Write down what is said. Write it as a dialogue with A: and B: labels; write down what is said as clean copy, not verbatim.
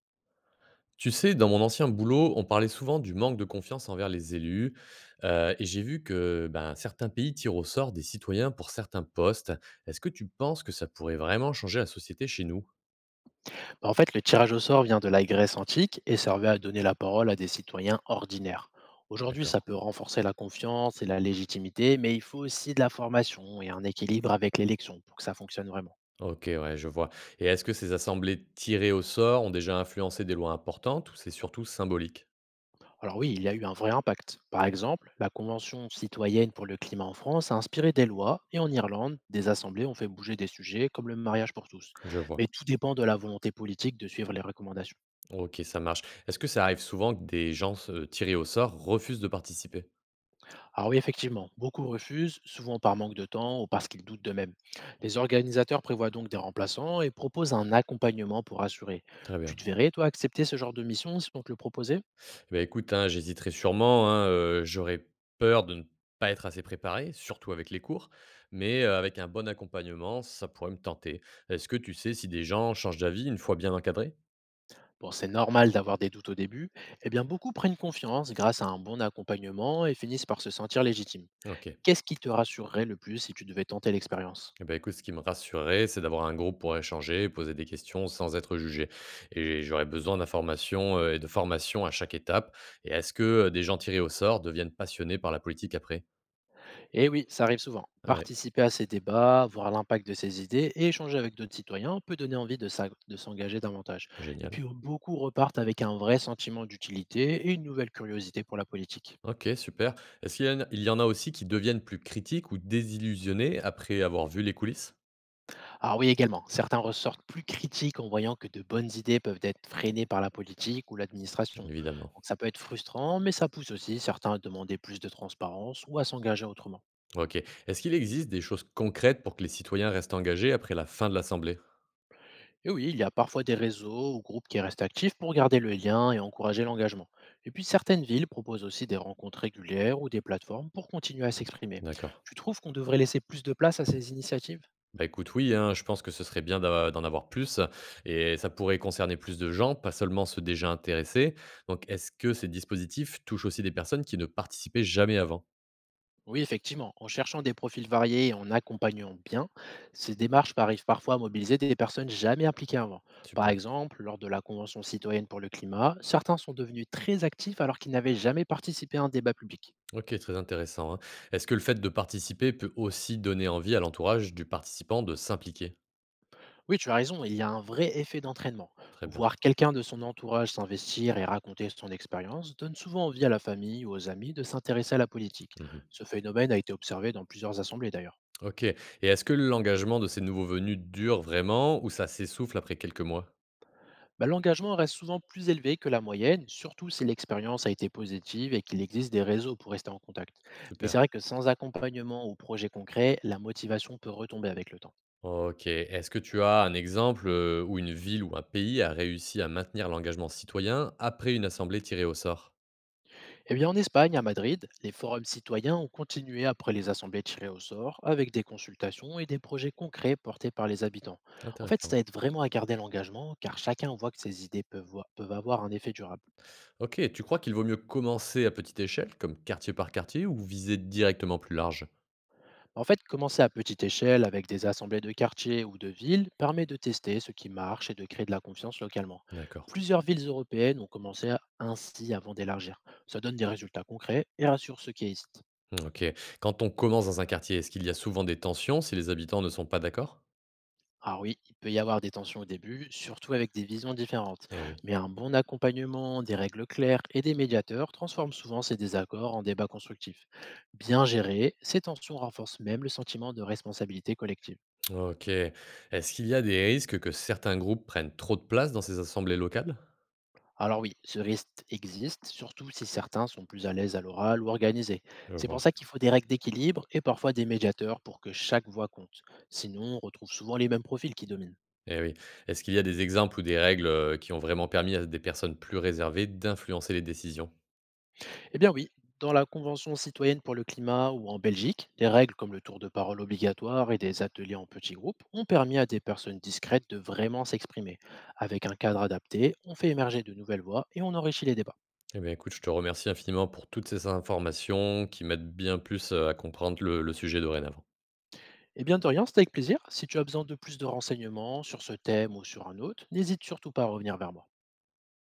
A: Tu sais, dans mon ancien boulot, on parlait souvent du manque de confiance envers les élus, et j'ai vu que ben, certains pays tirent au sort des citoyens pour certains postes. Est-ce que tu penses que ça pourrait vraiment changer la société chez nous?
B: En fait, le tirage au sort vient de la Grèce antique et servait à donner la parole à des citoyens ordinaires. Aujourd'hui,
A: D'accord.
B: ça peut renforcer la confiance et la légitimité, mais il faut aussi de la formation et un équilibre avec l'élection pour que ça fonctionne vraiment.
A: Ok, ouais, je vois. Et est-ce que ces assemblées tirées au sort ont déjà influencé des lois importantes ou c'est surtout symbolique?
B: Alors oui, il y a eu un vrai impact. Par exemple, la Convention citoyenne pour le climat en France a inspiré des lois et en Irlande, des assemblées ont fait bouger des sujets comme le mariage pour tous.
A: Je
B: Mais
A: vois.
B: tout dépend de la volonté politique de suivre les recommandations.
A: Ok, ça marche. Est-ce que ça arrive souvent que des gens tirés au sort refusent de participer?
B: Alors oui, effectivement, beaucoup refusent, souvent par manque de temps ou parce qu'ils doutent d'eux-mêmes. Les organisateurs prévoient donc des remplaçants et proposent un accompagnement pour assurer.
A: Très
B: Tu
A: bien.
B: te verrais, toi, accepter ce genre de mission si on te le proposait?
A: Bah, écoute, hein, j'hésiterai sûrement, hein, j'aurais peur de ne pas être assez préparé, surtout avec les cours, mais avec un bon accompagnement, ça pourrait me tenter. Est-ce que tu sais si des gens changent d'avis une fois bien encadrés?
B: Bon, c'est normal d'avoir des doutes au début. Eh bien, beaucoup prennent confiance grâce à un bon accompagnement et finissent par se sentir légitimes.
A: OK.
B: Qu'est-ce qui te rassurerait le plus si tu devais tenter l'expérience?
A: Et ben écoute, ce qui me rassurerait, c'est d'avoir un groupe pour échanger, poser des questions sans être jugé, et j'aurais besoin d'informations, et de formation à chaque étape. Et est-ce que, des gens tirés au sort deviennent passionnés par la politique après?
B: Et oui, ça arrive souvent.
A: Ah ouais,
B: Participer à ces débats, voir l'impact de ces idées et échanger avec d'autres citoyens peut donner envie de s'engager davantage. Et puis
A: génial.
B: oh, beaucoup repartent avec un vrai sentiment d'utilité et une nouvelle curiosité pour la politique.
A: OK, super. Est-ce qu'il y en a aussi qui deviennent plus critiques ou désillusionnés après avoir vu les coulisses?
B: Ah oui également, certains ressortent plus critiques en voyant que de bonnes idées peuvent être freinées par la politique ou l'administration.
A: Évidemment.
B: Donc ça peut être frustrant, mais ça pousse aussi certains à demander plus de transparence ou à s'engager autrement.
A: OK. Est-ce qu'il existe des choses concrètes pour que les citoyens restent engagés après la fin de l'assemblée?
B: Et oui, il y a parfois des réseaux ou groupes qui restent actifs pour garder le lien et encourager l'engagement. Et puis certaines villes proposent aussi des rencontres régulières ou des plateformes pour continuer à s'exprimer.
A: D'accord.
B: Tu trouves qu'on devrait laisser plus de place à ces initiatives?
A: Bah écoute, oui, hein, je pense que ce serait bien d'en avoir plus, et ça pourrait concerner plus de gens, pas seulement ceux déjà intéressés. Donc, est-ce que ces dispositifs touchent aussi des personnes qui ne participaient jamais avant?
B: Oui, effectivement. En cherchant des profils variés et en accompagnant bien, ces démarches arrivent parfois à mobiliser des personnes jamais impliquées avant. Par
A: Super.
B: exemple, lors de la Convention citoyenne pour le climat, certains sont devenus très actifs alors qu'ils n'avaient jamais participé à un débat public.
A: Ok, très intéressant, hein. Est-ce que le fait de participer peut aussi donner envie à l'entourage du participant de s'impliquer?
B: Oui, tu as raison, il y a un vrai effet d'entraînement.
A: Très bien.
B: Voir quelqu'un de son entourage s'investir et raconter son expérience donne souvent envie à la famille ou aux amis de s'intéresser à la politique.
A: Mmh.
B: Ce phénomène a été observé dans plusieurs assemblées d'ailleurs.
A: OK, et est-ce que l'engagement de ces nouveaux venus dure vraiment ou ça s'essouffle après quelques mois?
B: Bah, l'engagement reste souvent plus élevé que la moyenne, surtout si l'expérience a été positive et qu'il existe des réseaux pour rester en contact. Mais c'est
A: Super.
B: vrai que sans accompagnement ou projet concret, la motivation peut retomber avec le temps.
A: OK. Est-ce que tu as un exemple, où une ville ou un pays a réussi à maintenir l'engagement citoyen après une assemblée tirée au sort?
B: Eh bien, en Espagne, à Madrid, les forums citoyens ont continué après les assemblées tirées au sort, avec des consultations et des projets concrets portés par les habitants. En fait,
A: Intéressant.
B: ça aide vraiment à garder l'engagement, car chacun voit que ses idées peuvent avoir un effet durable.
A: OK, tu crois qu'il vaut mieux commencer à petite échelle, comme quartier par quartier, ou viser directement plus large?
B: En fait, commencer à petite échelle, avec des assemblées de quartier ou de villes, permet de tester ce qui marche et de créer de la confiance localement.
A: D'accord.
B: Plusieurs villes européennes ont ainsi avant d'élargir. Ça donne des résultats concrets et rassure ceux qui hésitent.
A: Mmh, OK. Quand on commence dans un quartier, est-ce qu'il y a souvent des tensions si les habitants ne sont pas d'accord?
B: Alors oui, il peut y avoir des tensions au début, surtout avec des visions différentes.
A: Eh oui.
B: Mais un bon accompagnement, des règles claires et des médiateurs transforment souvent ces désaccords en débats constructifs. Bien gérés, ces tensions renforcent même le sentiment de responsabilité collective.
A: OK. Est-ce qu'il y a des risques que certains groupes prennent trop de place dans ces assemblées locales?
B: Alors oui, ce risque existe, surtout si certains sont plus à l'aise à l'oral ou organisés.
A: Je
B: C'est pour
A: vois.
B: ça qu'il faut des règles d'équilibre et parfois des médiateurs pour que chaque voix compte. Sinon, on retrouve souvent les mêmes profils qui dominent.
A: Eh oui. Est-ce qu'il y a des exemples ou des règles, qui ont vraiment permis à des personnes plus réservées d'influencer les décisions?
B: Eh bien oui, dans la Convention citoyenne pour le climat ou en Belgique, des règles comme le tour de parole obligatoire et des ateliers en petits groupes ont permis à des personnes discrètes de vraiment s'exprimer. Avec un cadre adapté, on fait émerger de nouvelles voix et on enrichit les débats.
A: Eh bien, écoute, je te remercie infiniment pour toutes ces informations qui m'aident bien plus, à comprendre le sujet dorénavant.
B: Eh bien de rien, c'était avec plaisir. Si tu as besoin de plus de renseignements sur ce thème ou sur un autre, n'hésite surtout pas à revenir vers moi.